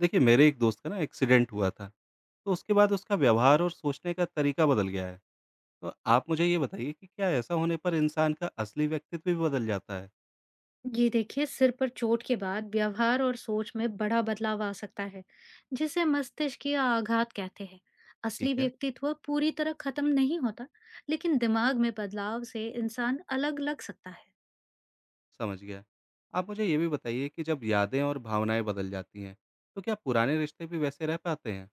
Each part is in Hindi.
देखिए मेरे एक दोस्त का ना एक्सीडेंट हुआ था। तो उसके बाद उसका व्यवहार और सोचने का तरीका बदल गया है। तो आप मुझे ये बताइए कि क्या ऐसा होने पर इंसान का असली व्यक्तित्व भी बदल जाता है? ये देखिए, सिर पर चोट के बाद व्यवहार और सोच में बड़ा बदलाव आ सकता है जिसे मस्तिष्कीय आघात कहते हैं। ठीक असली है, व्यक्तित्व पूरी तरह खत्म नहीं होता लेकिन दिमाग में बदलाव से इंसान अलग लग सकता है। समझ गया। आप मुझे ये भी बताइए कि जब यादें और भावनाएं बदल जाती हैं, तो क्या पुराने रिश्ते भी वैसे रह पाते हैं?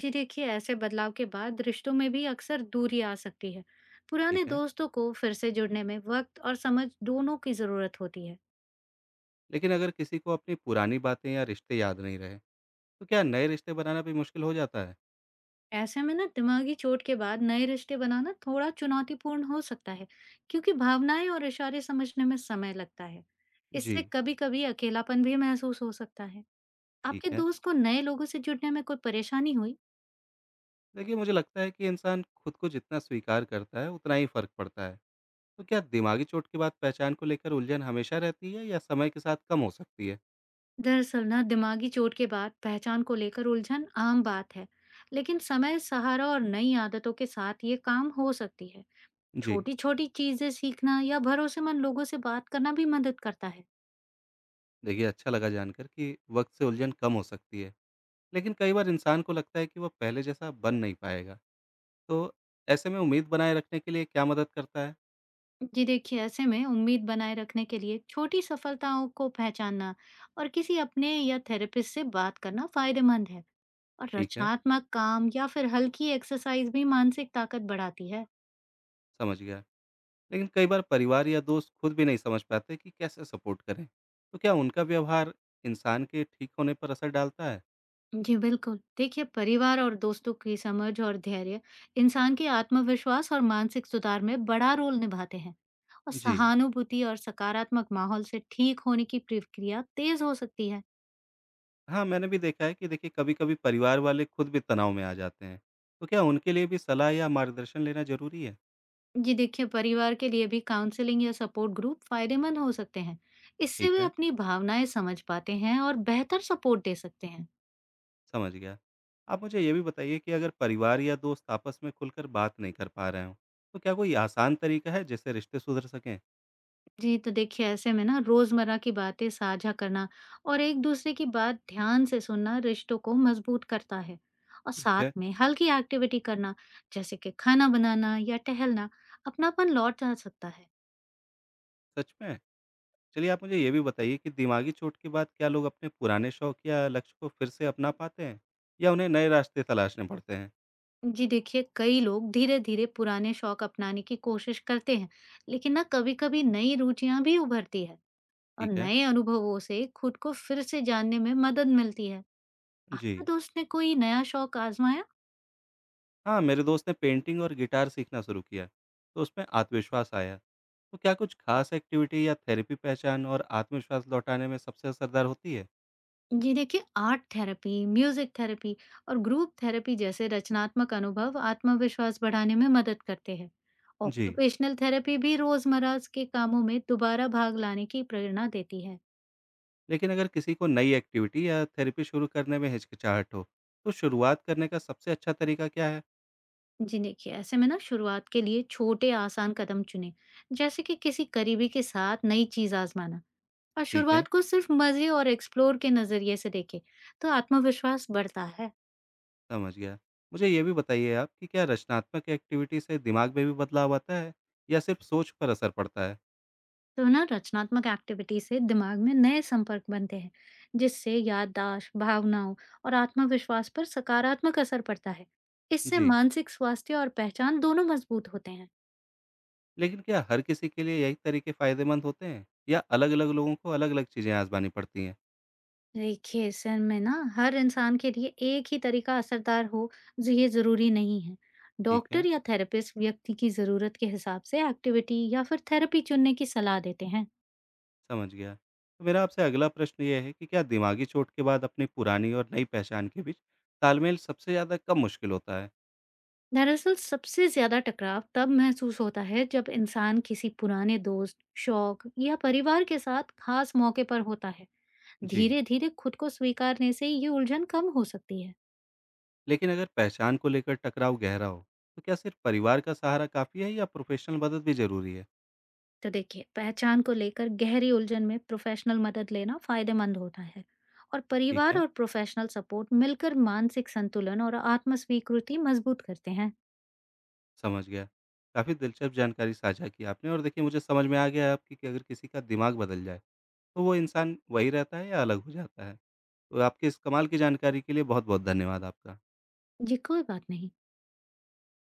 जी देखिए, ऐसे बदलाव के बाद रिश्तों में भी अक्सर दूरी आ सकती है। पुराने ठीक है, दोस्तों को फिर से जुड़ने में वक्त और समझ दोनों की जरूरत होती है। लेकिन अगर किसी को अपनी पुरानी बातें या रिश्ते याद नहीं रहे, तो क्या नए रिश्ते बनाना भी मुश्किल हो जाता है? ऐसे में ना दिमागी चोट के बाद नए रिश्ते बनाना थोड़ा चुनौतीपूर्ण हो सकता है क्योंकि भावनाएं और इशारे समझने में समय लगता है। जी। इससे कभी कभी अकेलापन भी महसूस हो सकता है। आपके ठीक है, दोस्त को नए लोगों से जुड़ने में कोई परेशानी हुई? देखिए मुझे लगता है कि इंसान खुद को जितना स्वीकार करता है उतना ही फर्क पड़ता है। तो क्या दिमागी चोट के बाद पहचान को लेकर उलझन हमेशा रहती है या समय के साथ कम हो सकती है? दरअसल ना दिमागी चोट के बाद पहचान को लेकर उलझन आम बात है, लेकिन समय, सहारा और नई आदतों के साथ ये काम हो सकती है। जी, छोटी छोटी चीजें सीखना या भरोसेमंद लोगों से बात करना भी मदद करता है। देखिए अच्छा लगा जानकर कि वक्त से उलझन कम हो सकती है, लेकिन कई बार इंसान को लगता है कि वह पहले जैसा बन नहीं पाएगा। तो ऐसे में उम्मीद बनाए रखने के लिए क्या मदद करता है? जी देखिए, ऐसे में उम्मीद बनाए रखने के लिए छोटी सफलताओं को पहचानना और किसी अपने या थेरेपिस्ट से बात करना फायदेमंद है। और ठीक है, रचनात्मक काम या फिर हल्की एक्सरसाइज भी मानसिक ताकत बढ़ाती है। समझ गया। लेकिन कई बार परिवार या दोस्त खुद भी नहीं समझ पाते कि कैसे सपोर्ट करें। तो क्या उनका व्यवहार इंसान के ठीक होने पर असर डालता है? जी बिल्कुल, देखिए परिवार और दोस्तों की समझ और धैर्य इंसान के आत्मविश्वास और मानसिक सुधार में बड़ा रोल निभाते हैं। और जी। सहानुभूति और सकारात्मक माहौल से ठीक होने की प्रक्रिया तेज हो सकती है। हाँ, मैंने भी देखा है कि देखिए कभी-कभी परिवार वाले खुद भी तनाव में आ जाते हैं। तो क्या उनके लिए भी सलाह या मार्गदर्शन लेना ज़रूरी है? जी देखिए, परिवार के लिए भी काउंसलिंग या सपोर्ट ग्रुप फायदेमंद हो सकते हैं। इससे ठीक वे है, अपनी भावनाएं समझ पाते हैं और बेहतर सपोर्ट दे सकते हैं। समझ गया। आप मुझे ये भी बताइए कि अगर परिवार या दोस्त आपस में खुलकर बात नहीं कर पा रहे हों, तो क्या कोई आसान तरीका है जिससे रिश्ते सुधर सकें? जी तो देखिए, ऐसे में ना रोजमर्रा की बातें साझा करना और एक दूसरे की बात ध्यान से सुनना रिश्तों को मजबूत करता है। और ठीक साथ है, में हल्की एक्टिविटी करना, जैसे कि खाना बनाना या टहलना, अपनापन लौट जा सकता है। सच में? चलिए आप मुझे ये भी बताइए कि दिमागी चोट के बाद क्या लोग अपने पुराने शौक या लक्ष्य को फिर से अपना पाते हैं या उन्हें नए रास्ते तलाशने पड़ते हैं? जी देखिए, कई लोग धीरे धीरे पुराने शौक अपनाने की कोशिश करते हैं, लेकिन ना कभी कभी नई रुचियां भी उभरती है। और ठीक है, नए अनुभवों से खुद को फिर से जानने में मदद मिलती है। जी। आपके दोस्त ने कोई नया शौक आजमाया? हाँ, मेरे दोस्त ने पेंटिंग और गिटार सीखना शुरू किया, तो उसमें आत्मविश्वास आया। तो क्या कुछ खास एक्टिविटी या थेरेपी पहचान और आत्मविश्वास लौटाने में सबसे असरदार होती है? जी देखिए, आर्ट थेरेपी, म्यूजिक थेरेपी और ग्रुप थेरेपी जैसे रचनात्मक अनुभव आत्मविश्वास बढ़ाने में मदद करते हैं। जी। ऑक्यूपेशनल थेरेपी भी रोजमर्रा के कामों में दोबारा भाग लाने की प्रेरणा देती है। लेकिन अगर किसी को नई एक्टिविटी या थेरेपी शुरू करने में हिचकिचाहट हो, तो शुरुआत करने का सबसे अच्छा तरीका क्या है? जी देखिए, ऐसे में ना शुरुआत के लिए छोटे आसान कदम चुने, जैसे कि किसी करीबी के साथ नई चीज आजमाना, और ठीक है, शुरुआत को सिर्फ मजे और एक्सप्लोर के नजरिए से देखे तो आत्मविश्वास बढ़ता है। समझ गया। मुझे ये भी बताइए आप कि क्या रचनात्मक एक्टिविटी से दिमाग में भी बदलाव आता है या सिर्फ सोच पर असर पड़ता है? तो ना रचनात्मक एक्टिविटी से दिमाग में नए संपर्क बनते हैं जिससे याददाश्त, भावनाओं और आत्मविश्वास पर सकारात्मक असर पड़ता है। इससे जी। मानसिक स्वास्थ्य और पहचान दोनों मजबूत होते हैं। लेकिन क्या हर किसी के लिए यही तरीके फ़ायदेमंद होते हैं या अलग-अलग लोगों को अलग-अलग चीज़ें आज़मानी पड़ती हैं? देखिए सर, में ना हर इंसान के लिए एक ही तरीका असरदार हो ये जरूरी नहीं है। ठीक है, डॉक्टर या थेरेपिस्ट व्यक्ति की जरूरत के हिसाब से एक्टिविटी या फिर थेरेपी चुनने की सलाह देते हैं। समझ गया। तो मेरा आपसे अगला प्रश्न ये है कि क्या दिमागी चोट के बाद अपनी पुरानी और नई पहचान के बीच तालमेल सबसे ज़्यादा कब मुश्किल होता है? दरअसल सबसे ज्यादा टकराव तब महसूस होता है जब इंसान किसी पुराने दोस्त, शौक या परिवार के साथ खास मौके पर होता है। जी, धीरे धीरे खुद को स्वीकारने से ये उलझन कम हो सकती है। लेकिन अगर पहचान को लेकर टकराव गहरा हो, तो क्या सिर्फ़ परिवार का सहारा काफ़ी है या प्रोफ़ेशनल मदद भी ज़रूरी है? तो देखिए, पहचान को लेकर गहरी उलझन में प्रोफेशनल मदद लेना फायदेमंद होता है। और ठीक परिवार है, और प्रोफेशनल सपोर्ट मिलकर मानसिक संतुलन और आत्म स्वीकृति मजबूत करते हैं। समझ गया। काफ़ी दिलचस्प जानकारी साझा की आपने और देखिए मुझे समझ में आ गया है आपकी कि अगर किसी का दिमाग बदल जाए, तो वो इंसान वही रहता है या अलग हो जाता है। तो आपके इस कमाल की जानकारी के लिए बहुत-बहुत धन्यवाद आपका। जी, कोई बात नहीं।